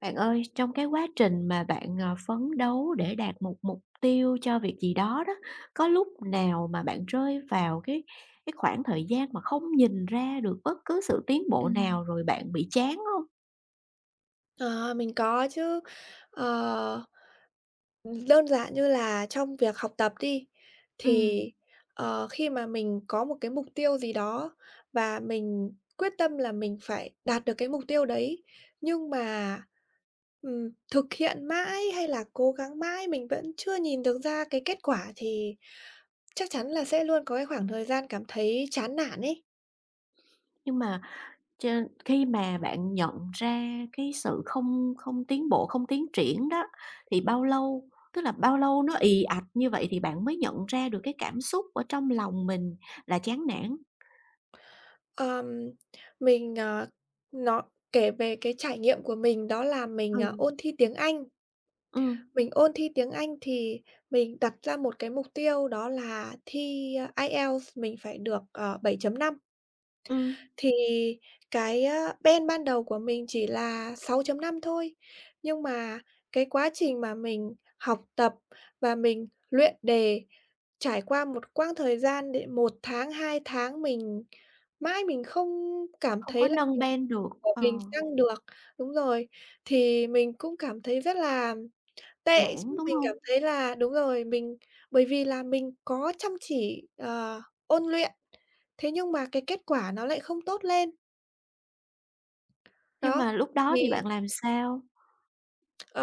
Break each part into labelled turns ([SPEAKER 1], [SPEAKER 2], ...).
[SPEAKER 1] Bạn ơi, trong cái quá trình mà bạn, phấn đấu để đạt một mục tiêu cho việc gì đó đó, có lúc nào mà bạn rơi vào cái khoảng thời gian mà không nhìn ra được bất cứ sự tiến bộ nào
[SPEAKER 2] Ừm.
[SPEAKER 1] rồi bạn bị chán không?
[SPEAKER 2] Ờ, mình có chứ. Ờ, đơn giản như là trong việc học tập đi,
[SPEAKER 1] Ừ,
[SPEAKER 2] thì, khi mà mình có một cái mục tiêu gì đó và mình quyết tâm là mình phải đạt được cái mục tiêu đấy, nhưng mà, thực hiện mãi hay là cố gắng mãi mình vẫn chưa nhìn được ra cái kết quả thì chắc chắn là sẽ luôn có cái khoảng thời gian cảm thấy chán nản ấy.
[SPEAKER 1] nhưng mà ch khi mà bạn nhận ra cái sự không không tiến bộ, không tiến triển đó, thì bao lâu? Tức là bao lâu nó ì ạch như vậy thì bạn mới nhận ra được cái cảm xúc ở trong lòng mình là chán nản?
[SPEAKER 2] Ờm, mình, nó kể về cái trải nghiệm của mình đó là mình,
[SPEAKER 1] Ừ,
[SPEAKER 2] ôn thi tiếng Anh.
[SPEAKER 1] ừ,
[SPEAKER 2] Mình ôn thi tiếng Anh thì mình đặt ra một cái mục tiêu đó là thi IELTS mình phải được, 7.5.
[SPEAKER 1] ừ.
[SPEAKER 2] Thì band ban đầu của mình chỉ là 6.5 thôi, nhưng mà cái quá trình mà mình học tập và mình luyện đề trải qua một quãng thời gian đến 1 tháng, 2 tháng mình mãi mình không cảm
[SPEAKER 1] Không có
[SPEAKER 2] thấy là
[SPEAKER 1] nâng
[SPEAKER 2] mình
[SPEAKER 1] ben được,
[SPEAKER 2] của mình tăng được đúng rồi, thì mình cũng cảm thấy rất là tệ
[SPEAKER 1] nản,
[SPEAKER 2] chứ,
[SPEAKER 1] đúng
[SPEAKER 2] mình
[SPEAKER 1] hông?
[SPEAKER 2] cảm thấy là đúng rồi, mình bởi vì là mình có chăm chỉ, ôn luyện, thế nhưng mà cái kết quả nó lại không tốt lên.
[SPEAKER 1] Nhưng
[SPEAKER 2] Đó,
[SPEAKER 1] mà lúc đó thì
[SPEAKER 2] thì,
[SPEAKER 1] bạn làm sao?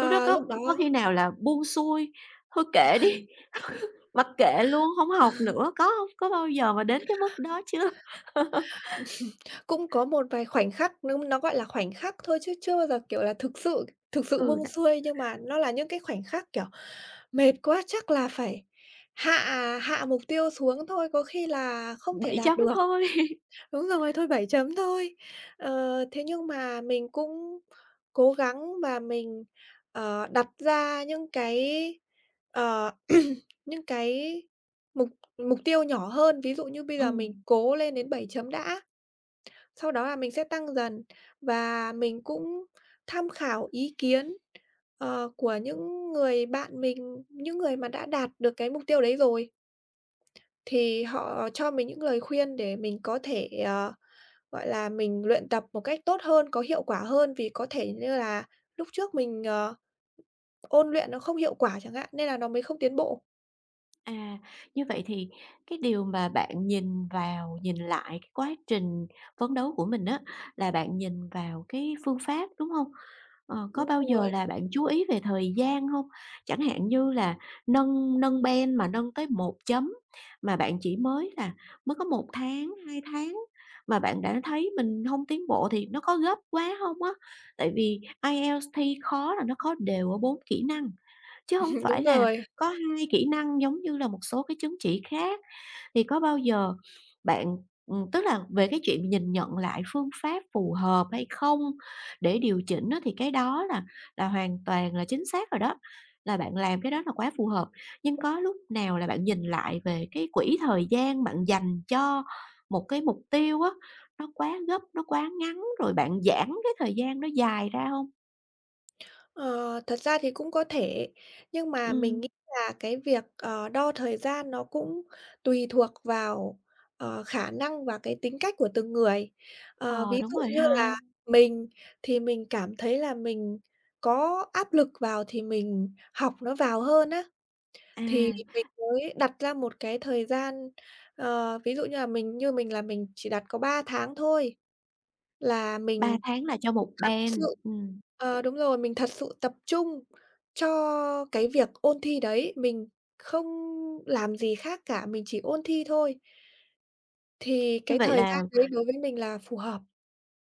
[SPEAKER 1] Lúc đó có
[SPEAKER 2] lúc đó
[SPEAKER 1] có khi nào là buông xuôi, thôi kệ đi, mặc kệ luôn, hông học nữa, có hông? Có bao giờ mà đến cái mức đó chưa?
[SPEAKER 2] cũng có một vài khoảnh khắc nó gọi là khoảnh khắc thôi chứ chưa bao giờ, kiểu là, thực sự
[SPEAKER 1] Ừ,
[SPEAKER 2] buông xuôi, nhưng mà nó là những cái khoảnh khắc, kiểu, mệt quá chắc là phải hạ hạ mục tiêu xuống thôi, có khi là không thể
[SPEAKER 1] 7
[SPEAKER 2] đạt
[SPEAKER 1] chấm
[SPEAKER 2] được.
[SPEAKER 1] thôi.
[SPEAKER 2] Đúng rồi, thôi 7 thôi. Ờ, thế nhưng mà mình cũng cố gắng và mình, đặt ra những cái, ờ, những cái mục mục tiêu nhỏ hơn. Ví dụ như bây giờ mình
[SPEAKER 1] Ừm.
[SPEAKER 2] cố lên đến 7 đã, sau đó là mình sẽ tăng dần. Và mình cũng tham khảo ý kiến, của những người bạn mình, những người mà đã đạt được cái mục tiêu đấy rồi, thì họ cho mình những lời khuyên để mình có thể, gọi là, mình luyện tập một cách tốt hơn, có hiệu quả hơn, vì có thể như là lúc trước mình, ôn luyện nó không hiệu quả chẳng hạn, nên là nó mới không tiến bộ.
[SPEAKER 1] À, như vậy thì cái điều mà bạn nhìn vào nhìn lại cái quá trình phấn đấu của mình á, là bạn nhìn vào cái phương pháp, đúng không? Ờ, có
[SPEAKER 2] Đúng
[SPEAKER 1] bao giờ
[SPEAKER 2] rồi,
[SPEAKER 1] là bạn chú ý về thời gian không? Chẳng hạn như là nâng nâng band mà nâng tới một chấm mà bạn chỉ mới là mới có 1 tháng, 2 tháng mà bạn đã thấy mình không tiến bộ thì nó có gấp quá không á? Tại vì IELTS thi khó là nó khó đều ở 4 kỹ năng, chứ không phải
[SPEAKER 2] đúng
[SPEAKER 1] là
[SPEAKER 2] rồi.
[SPEAKER 1] có 2 kỹ năng giống như là một số cái chứng chỉ khác, thì có bao giờ bạn tức là về cái chuyện nhìn nhận lại phương pháp phù hợp hay không để điều chỉnh á, thì cái đó là hoàn toàn là chính xác rồi đó, là bạn làm cái đó là quá phù hợp. Nhưng có lúc nào là bạn nhìn lại về cái quỹ thời gian bạn dành cho một cái mục tiêu á, nó quá gấp, nó quá ngắn rồi bạn giãn cái thời gian nó dài ra không?
[SPEAKER 2] Ờ, thật ra thì cũng có thể, nhưng mà mình
[SPEAKER 1] Ừ,
[SPEAKER 2] nghĩ là cái việc, đo thời gian nó cũng tùy thuộc vào, khả năng và cái tính cách của từng người. Ờ,
[SPEAKER 1] ờ,
[SPEAKER 2] ví
[SPEAKER 1] đúng
[SPEAKER 2] dụ
[SPEAKER 1] rồi
[SPEAKER 2] như là
[SPEAKER 1] ha.
[SPEAKER 2] mình thì mình cảm thấy là mình có áp lực vào thì mình học nó vào hơn á.
[SPEAKER 1] À.
[SPEAKER 2] Thì mình mới đặt ra một cái thời gian, ví dụ như là mình như mình là mình chỉ đặt có 3 tháng thôi là
[SPEAKER 1] ba
[SPEAKER 2] mình
[SPEAKER 1] tháng là cho một
[SPEAKER 2] thật
[SPEAKER 1] band,
[SPEAKER 2] sự
[SPEAKER 1] ừm.
[SPEAKER 2] đúng rồi, mình thật sự tập trung cho cái việc ôn thi đấy, mình không làm gì khác cả, mình chỉ ôn thi thôi. Thì
[SPEAKER 1] Như
[SPEAKER 2] cái
[SPEAKER 1] vậy
[SPEAKER 2] thời gian
[SPEAKER 1] là,
[SPEAKER 2] đấy đối với mình là phù hợp.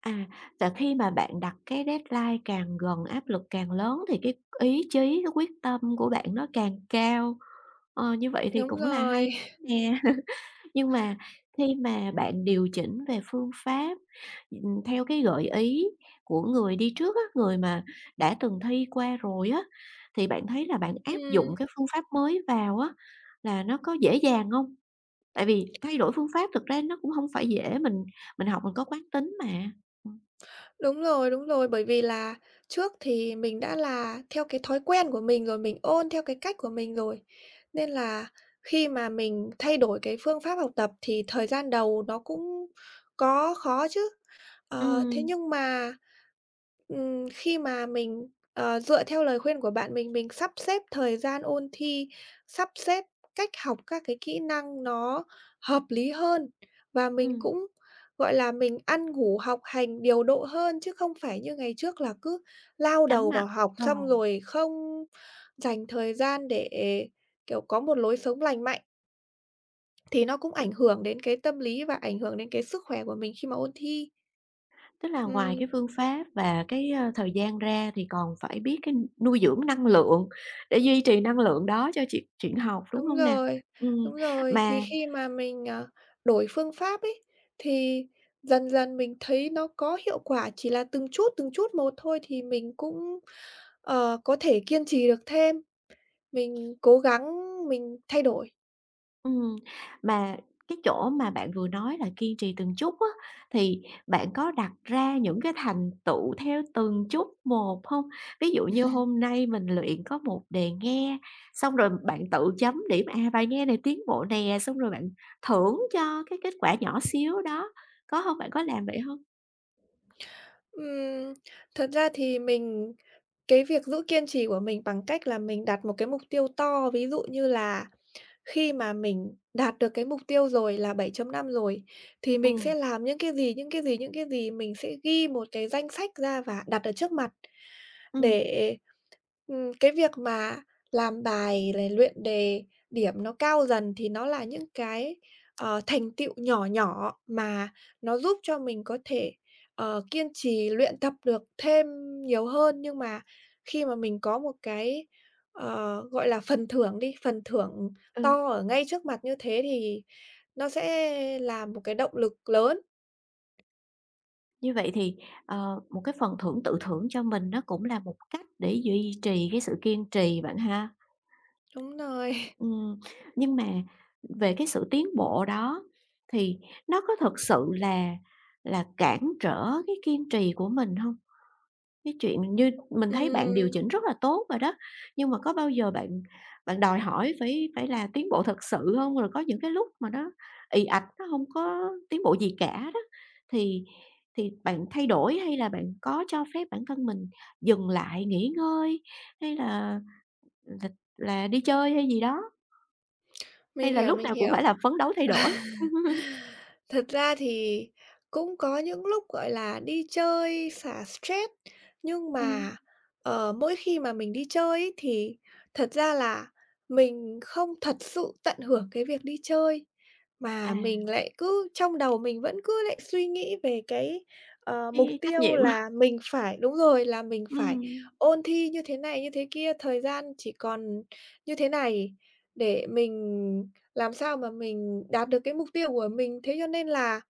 [SPEAKER 1] à, là khi mà bạn đặt cái deadline càng gần, áp lực càng lớn thì cái ý chí, cái quyết tâm của bạn nó càng cao. Ờ, như vậy thì
[SPEAKER 2] Đúng
[SPEAKER 1] cũng là hay
[SPEAKER 2] rồi.
[SPEAKER 1] nè. Nhưng mà khi mà bạn điều chỉnh về phương pháp, theo cái gợi ý của người đi trước á, người mà đã từng thi qua rồi á, thì bạn thấy là bạn áp dụng
[SPEAKER 2] Ừm.
[SPEAKER 1] cái phương pháp mới vào á, là nó có dễ dàng không? Tại vì thay đổi phương pháp thực ra nó cũng không phải dễ, mình học mình có quán tính mà.
[SPEAKER 2] Đúng rồi, bởi vì là trước thì mình đã là theo cái thói quen của mình rồi, mình ôn theo cái cách của mình rồi. Nên là khi mà mình thay đổi cái phương pháp học tập thì thời gian đầu nó cũng có khó chứ. Ờ, thế
[SPEAKER 1] Ừm,
[SPEAKER 2] nhưng mà, khi mà mình, dựa theo lời khuyên của bạn mình sắp xếp thời gian ôn thi, sắp xếp cách học các cái kỹ năng nó hợp lý hơn và mình
[SPEAKER 1] ừm,
[SPEAKER 2] cũng gọi là, mình ăn ngủ học hành điều độ hơn, chứ không phải như ngày trước là cứ lao
[SPEAKER 1] cắm
[SPEAKER 2] đầu
[SPEAKER 1] mặt.
[SPEAKER 2] vào học
[SPEAKER 1] Ờ.
[SPEAKER 2] xong rồi không dành thời gian để, kiểu, có một lối sống lành mạnh, thì nó cũng ảnh hưởng đến cái tâm lý và ảnh hưởng đến cái sức khỏe của mình khi mà ôn thi.
[SPEAKER 1] Tức là ngoài cái
[SPEAKER 2] Ừm,
[SPEAKER 1] phương pháp và cái, thời gian ra thì còn phải biết cái nuôi dưỡng năng lượng để duy trì năng lượng đó cho chuyện chuyện học, đúng
[SPEAKER 2] đúng
[SPEAKER 1] hông nè?
[SPEAKER 2] rồi, đúng
[SPEAKER 1] Ừm,
[SPEAKER 2] rồi.
[SPEAKER 1] mà
[SPEAKER 2] Thì khi mà mình, đổi phương pháp ấy, thì dần dần mình thấy nó có hiệu quả, chỉ là từng chút một thôi thì mình cũng, có thể kiên trì được thêm. Mình cố gắng mình thay đổi.
[SPEAKER 1] Ừm, mà cái chỗ mà bạn vừa nói là kiên trì từng chút á, thì bạn có đặt ra những cái thành tựu theo từng chút một không? Ví dụ như hôm nay mình luyện có một đề nghe, xong rồi bạn tự chấm điểm, à, bài nghe này tiến bộ nè, xong rồi bạn thưởng cho cái kết quả nhỏ xíu đó, có không? Bạn có làm vậy không?
[SPEAKER 2] Ừm, thật ra thì mình cái việc giữ kiên trì của mình bằng cách là mình đặt một cái mục tiêu to, ví dụ như là khi mà mình đạt được cái mục tiêu rồi là 7 năm rồi, thì mình
[SPEAKER 1] Ừm,
[SPEAKER 2] sẽ làm những cái gì, những cái gì, những cái gì, mình sẽ ghi một cái danh sách ra và đặt ở trước mặt.
[SPEAKER 1] ừm,
[SPEAKER 2] Để, cái việc mà làm bài này, luyện đề, điểm nó cao dần thì nó là những cái, thành tựu nhỏ nhỏ mà nó giúp cho mình có thể Ờ, kiên trì luyện tập được thêm nhiều hơn, nhưng mà khi mà mình có một cái, gọi là, phần thưởng đi, phần thưởng
[SPEAKER 1] ừ,
[SPEAKER 2] to ở ngay trước mặt như thế thì nó sẽ là một cái động lực lớn.
[SPEAKER 1] như vậy thì, một cái phần thưởng tự thưởng cho mình nó cũng là một cách để duy trì cái sự kiên trì bạn ha.
[SPEAKER 2] Đúng rồi.
[SPEAKER 1] Ừm, nhưng mà về cái sự tiến bộ đó thì nó có thực sự là cản trở cái kiên trì của mình không? Cái chuyện như mình thấy bạn điều
[SPEAKER 2] Ừm,
[SPEAKER 1] chỉnh rất là tốt rồi đó, nhưng mà có bao giờ bạn bạn đòi hỏi phải phải là tiến bộ thật sự không? Rồi có những cái lúc mà nó ì ạch, nó không có tiến bộ gì cả đó, thì bạn thay đổi hay là bạn có cho phép bản thân mình dừng lại nghỉ ngơi hay là là đi chơi hay gì đó?
[SPEAKER 2] mình
[SPEAKER 1] Hay là
[SPEAKER 2] hiểu,
[SPEAKER 1] lúc
[SPEAKER 2] mình
[SPEAKER 1] nào cũng
[SPEAKER 2] hiểu.
[SPEAKER 1] phải là phấn đấu thay đổi?
[SPEAKER 2] Thật ra thì cũng có những lúc, gọi là, đi chơi xả stress, nhưng
[SPEAKER 1] Ừm.
[SPEAKER 2] mà, mỗi khi mà mình đi chơi ấy thì thật ra là mình không thật sự tận hưởng cái việc đi chơi,
[SPEAKER 1] À,
[SPEAKER 2] mà mình lại cứ trong đầu mình vẫn cứ lại suy nghĩ về cái, mục
[SPEAKER 1] cái trách
[SPEAKER 2] tiêu
[SPEAKER 1] nhiệm.
[SPEAKER 2] là mình phải đúng rồi, là mình phải
[SPEAKER 1] Ừm,
[SPEAKER 2] ôn thi như thế này, như thế kia, thời gian chỉ còn như thế này để mình làm sao mà mình đạt được cái mục tiêu của mình. Thế cho nên là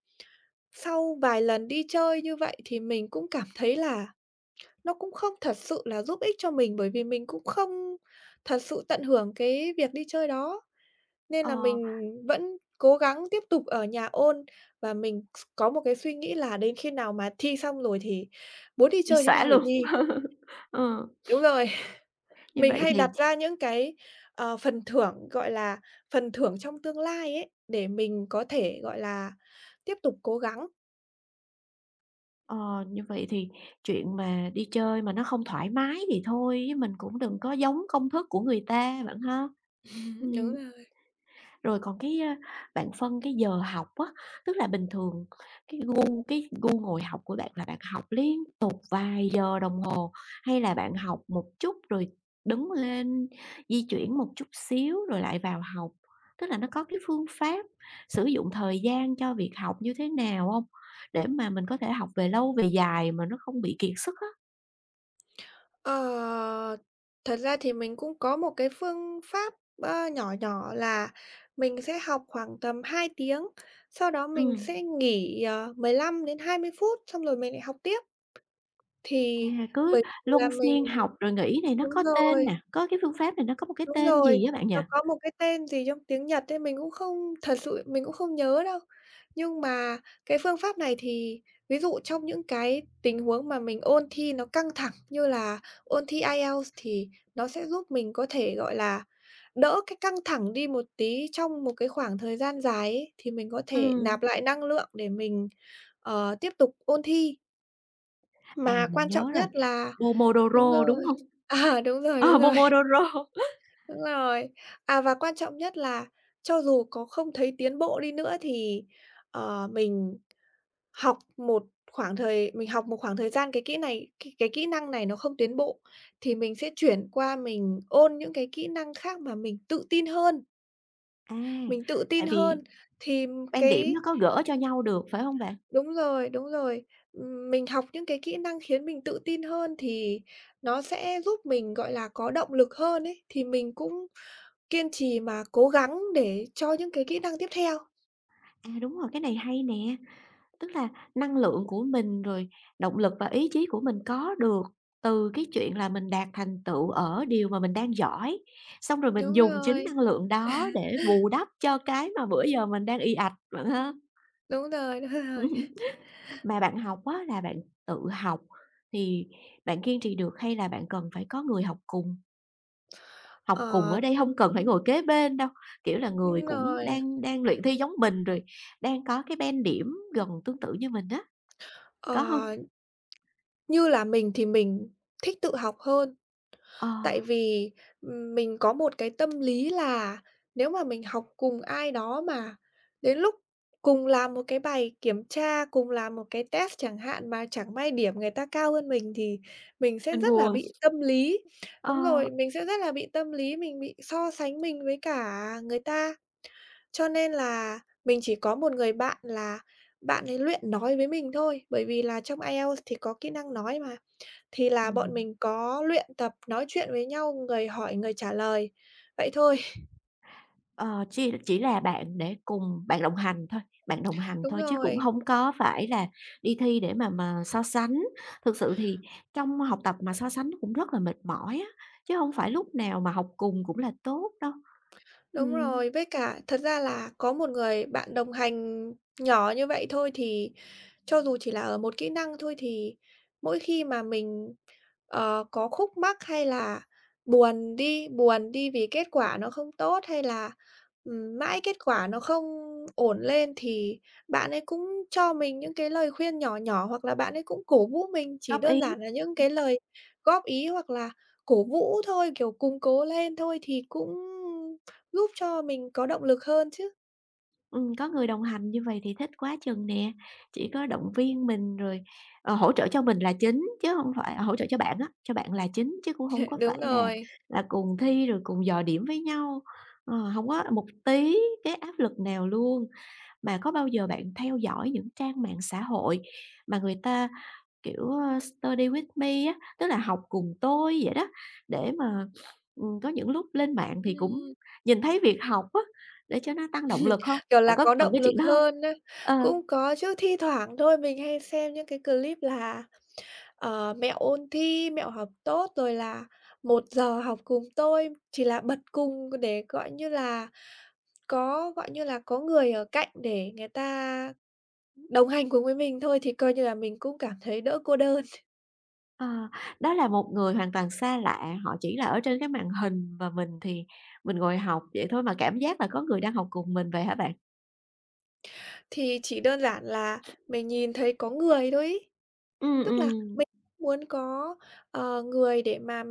[SPEAKER 2] sau vài lần đi chơi như vậy thì mình cũng cảm thấy là nó cũng không thật sự là giúp ích cho mình, bởi vì mình cũng không thật sự tận hưởng cái việc đi chơi đó. Nên là mình
[SPEAKER 1] ờ,
[SPEAKER 2] vẫn cố gắng tiếp tục ở nhà ôn và mình có một cái suy nghĩ là đến khi nào mà thi xong rồi thì muốn đi
[SPEAKER 1] bị
[SPEAKER 2] chơi thế
[SPEAKER 1] xõa
[SPEAKER 2] nào thì
[SPEAKER 1] luôn.
[SPEAKER 2] đi.
[SPEAKER 1] Ờ,
[SPEAKER 2] Đúng rồi.
[SPEAKER 1] như
[SPEAKER 2] Mình
[SPEAKER 1] vậy
[SPEAKER 2] hay
[SPEAKER 1] thì
[SPEAKER 2] đặt ra những cái, phần thưởng, gọi là, phần thưởng trong tương lai ấy, để mình có thể, gọi là, tiếp tục cố gắng.
[SPEAKER 1] ờ, như vậy thì chuyện mà đi chơi mà nó không thoải mái thì thôi, chứ mình cũng đừng có giống công thức của người ta bạn ha.
[SPEAKER 2] Đúng
[SPEAKER 1] Ừm.
[SPEAKER 2] rồi.
[SPEAKER 1] Rồi còn cái, bạn phân cái giờ học á, tức là bình thường cái gu ngồi học của bạn là bạn học liên tục vài giờ đồng hồ, hay là bạn học một chút rồi đứng lên, di chuyển một chút xíu rồi lại vào học? Tức là nó có cái phương pháp sử dụng thời gian cho việc học như thế nào không? Để mà mình có thể học về lâu về dài mà nó không bị kiệt sức á.
[SPEAKER 2] Ờ, thật ra thì mình cũng có một cái phương pháp, nhỏ nhỏ là mình sẽ học khoảng tầm 2 tiếng, sau đó mình
[SPEAKER 1] Ừm,
[SPEAKER 2] sẽ nghỉ, 15 đến 20 phút, xong rồi mình lại học tiếp.
[SPEAKER 1] à,
[SPEAKER 2] Thì
[SPEAKER 1] cứ
[SPEAKER 2] bởi vì
[SPEAKER 1] luân
[SPEAKER 2] là mình
[SPEAKER 1] phiên học rồi nghỉ này nó có
[SPEAKER 2] đúng
[SPEAKER 1] tên
[SPEAKER 2] rồi.
[SPEAKER 1] nè, có cái phương pháp này nó có một cái
[SPEAKER 2] Đúng
[SPEAKER 1] tên gì
[SPEAKER 2] rồi,
[SPEAKER 1] á bạn nhỉ?
[SPEAKER 2] nó có một cái tên gì trong tiếng Nhật ấy, mình cũng không thật sự mình cũng không nhớ đâu. Nhưng mà cái phương pháp này thì ví dụ trong những cái tình huống mà mình ôn thi nó căng thẳng như là ôn thi IELTS thì nó sẽ giúp mình có thể, gọi là, đỡ cái căng thẳng đi một tí trong một cái khoảng thời gian dài ấy, thì mình có thể
[SPEAKER 1] Ừm.
[SPEAKER 2] nạp lại năng lượng để mình, tiếp tục ôn thi.
[SPEAKER 1] À,
[SPEAKER 2] Mà
[SPEAKER 1] mình
[SPEAKER 2] quan
[SPEAKER 1] nhớ
[SPEAKER 2] trọng
[SPEAKER 1] rồi,
[SPEAKER 2] nhất là đúng
[SPEAKER 1] Pomodoro, đúng
[SPEAKER 2] rồi.
[SPEAKER 1] hông?
[SPEAKER 2] À, đúng rồi,
[SPEAKER 1] Ờ,
[SPEAKER 2] đúng rồi.
[SPEAKER 1] Pomodoro.
[SPEAKER 2] Đúng rồi. À, và quan trọng nhất là cho dù có không thấy tiến bộ đi nữa thì, mình học một khoảng thời mình học một khoảng thời gian cái kỹ năng này nó không tiến bộ, thì mình sẽ chuyển qua mình ôn những cái kỹ năng khác mà mình tự tin hơn.
[SPEAKER 1] À,
[SPEAKER 2] Mình tự
[SPEAKER 1] tại
[SPEAKER 2] tin
[SPEAKER 1] vì
[SPEAKER 2] hơn thì
[SPEAKER 1] ban điểm nó
[SPEAKER 2] cái
[SPEAKER 1] có gỡ cho nhau được, phải hông bạn?
[SPEAKER 2] đúng rồi, đúng rồi. Mình học những cái kỹ năng khiến mình tự tin hơn thì nó sẽ giúp mình, gọi là, có động lực hơn ấy, thì mình cũng kiên trì mà cố gắng để cho những cái kỹ năng tiếp theo.
[SPEAKER 1] À, đúng rồi, cái này hay nè, tức là năng lượng của mình, rồi động lực và ý chí của mình có được từ cái chuyện là mình đạt thành tựu ở điều mà mình đang giỏi, xong rồi mình
[SPEAKER 2] Đúng
[SPEAKER 1] dùng chính
[SPEAKER 2] rồi,
[SPEAKER 1] năng lượng đó để bù đắp cho cái mà bữa giờ mình đang ì ạch, bạn ha.
[SPEAKER 2] đúng rồi, đúng rồi.
[SPEAKER 1] Mà bạn học á là bạn tự học thì bạn kiên trì được hay là bạn cần phải có người học cùng? Học cùng
[SPEAKER 2] Ờ,
[SPEAKER 1] ở đây không cần phải ngồi kế bên đâu, kiểu là, người
[SPEAKER 2] đúng
[SPEAKER 1] cũng
[SPEAKER 2] rồi.
[SPEAKER 1] đang đang luyện thi giống mình rồi đang có cái band điểm gần tương tự như mình á, có hông?
[SPEAKER 2] Ờ, như là mình thì mình thích tự học hơn.
[SPEAKER 1] Ờ.
[SPEAKER 2] Tại vì, mình có một cái tâm lý là nếu mà mình học cùng ai đó mà đến lúc cùng làm một cái bài kiểm tra, cùng làm một cái test chẳng hạn mà chẳng may điểm người ta cao hơn mình thì mình sẽ
[SPEAKER 1] Mình
[SPEAKER 2] rất là
[SPEAKER 1] buồn.
[SPEAKER 2] bị tâm lý. Đúng
[SPEAKER 1] Ờ,
[SPEAKER 2] rồi, mình sẽ rất là bị tâm lý, mình bị so sánh mình với cả người ta. Cho nên là mình chỉ có một người bạn là bạn ấy luyện nói với mình thôi, bởi vì là trong IELTS thì có kỹ năng nói mà. Thì là bọn
[SPEAKER 1] ừm,
[SPEAKER 2] mình có luyện tập nói chuyện với nhau, người hỏi người trả lời, vậy thôi.
[SPEAKER 1] ờ, chỉ là bạn để cùng bạn đồng hành thôi, bạn đồng hành
[SPEAKER 2] Đúng
[SPEAKER 1] thôi chứ cũng
[SPEAKER 2] rồi,
[SPEAKER 1] hông có phải là đi thi để mà so sánh. Thực sự thì trong học tập mà so sánh nó cũng rất là mệt mỏi á, chứ hông phải lúc nào mà học cùng cũng là tốt đâu.
[SPEAKER 2] đúng
[SPEAKER 1] Ừm,
[SPEAKER 2] rồi, với cả thật ra là có một người bạn đồng hành nhỏ như vậy thôi thì cho dù chỉ là ở một kỹ năng thôi thì mỗi khi mà mình, có khúc mắc hay là buồn đi vì kết quả nó không tốt hay là, mãi kết quả nó không ổn lên thì bạn ấy cũng cho mình những cái lời khuyên nhỏ nhỏ, hoặc là bạn ấy cũng cổ vũ mình, chỉ
[SPEAKER 1] góp
[SPEAKER 2] đơn
[SPEAKER 1] ý.
[SPEAKER 2] giản là những cái lời góp ý hoặc là cổ vũ thôi, kiểu, cùng cố lên thôi thì cũng giúp cho mình có động lực hơn chứ.
[SPEAKER 1] Có người đồng hành như vậy thì thích quá chừng nè, chỉ có động viên mình rồi, hỗ trợ cho mình là chính chứ không phải hỗ trợ cho bạn á, cho bạn là chính chứ cũng không có
[SPEAKER 2] Đúng
[SPEAKER 1] phải
[SPEAKER 2] rồi.
[SPEAKER 1] là cùng thi rồi cùng dò điểm với nhau, hông có một tí cái áp lực nào luôn. Mà có bao giờ bạn theo dõi những trang mạng xã hội mà người ta kiểu, study with me á, tức là học cùng tôi vậy đó, để mà, có những lúc lên mạng thì cũng
[SPEAKER 2] Ừm.
[SPEAKER 1] nhìn thấy việc học á, để cho nó tăng động lực không?
[SPEAKER 2] Kiểu
[SPEAKER 1] Bạn
[SPEAKER 2] là,
[SPEAKER 1] có
[SPEAKER 2] có
[SPEAKER 1] cần
[SPEAKER 2] động
[SPEAKER 1] cái chuyện
[SPEAKER 2] lực
[SPEAKER 1] đó không?
[SPEAKER 2] hơn á.
[SPEAKER 1] Ờ,
[SPEAKER 2] Cũng có chứ, thi thoảng thôi mình hay xem những cái clip là, mẹo ôn thi, mẹo học tốt, rồi là "một giờ học cùng tôi", chỉ là bật cùng để, gọi như là, có, gọi như là, có người ở cạnh để người ta đồng hành cùng với mình thôi, thì coi như là mình cũng cảm thấy đỡ cô đơn.
[SPEAKER 1] ờ, đó là một người hoàn toàn xa lạ, họ chỉ là ở trên cái màn hình và mình thì mình ngồi học vậy thôi mà cảm giác là có người đang học cùng mình vậy hả bạn?
[SPEAKER 2] Thì chỉ đơn giản là mình nhìn thấy có người thôi ấy.
[SPEAKER 1] Ừm,
[SPEAKER 2] Tức là
[SPEAKER 1] ừm,
[SPEAKER 2] mình muốn có, người để mà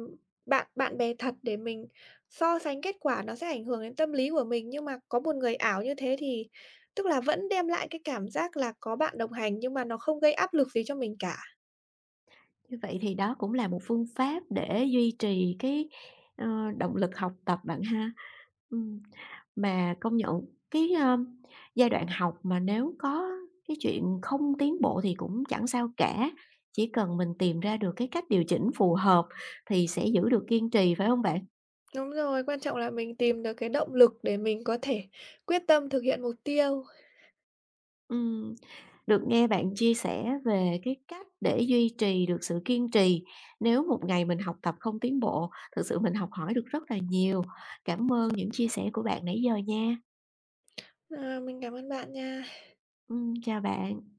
[SPEAKER 2] bạn bạn bè thật để mình so sánh kết quả nó sẽ ảnh hưởng đến tâm lý của mình, nhưng mà có một người ảo như thế thì tức là vẫn đem lại cái cảm giác là có bạn đồng hành nhưng mà nó không gây áp lực gì cho mình cả.
[SPEAKER 1] như vậy thì đó cũng là một phương pháp để duy trì cái, ờ, động lực học tập bạn ha. Ừm. Mà công nhận cái, giai đoạn học mà nếu có cái chuyện không tiến bộ thì cũng chẳng sao cả, chỉ cần mình tìm ra được cái cách điều chỉnh phù hợp thì sẽ giữ được kiên trì, phải không bạn?
[SPEAKER 2] Đúng rồi, quan trọng là mình tìm được cái động lực để mình có thể quyết tâm thực hiện mục tiêu.
[SPEAKER 1] Ừm, được nghe bạn chia sẻ về cái cách để duy trì được sự kiên trì nếu một ngày mình học tập không tiến bộ, thực sự mình học hỏi được rất là nhiều. Cảm ơn những chia sẻ của bạn nãy giờ nha.
[SPEAKER 2] Ờ, mình cảm ơn bạn nha.
[SPEAKER 1] Chào bạn.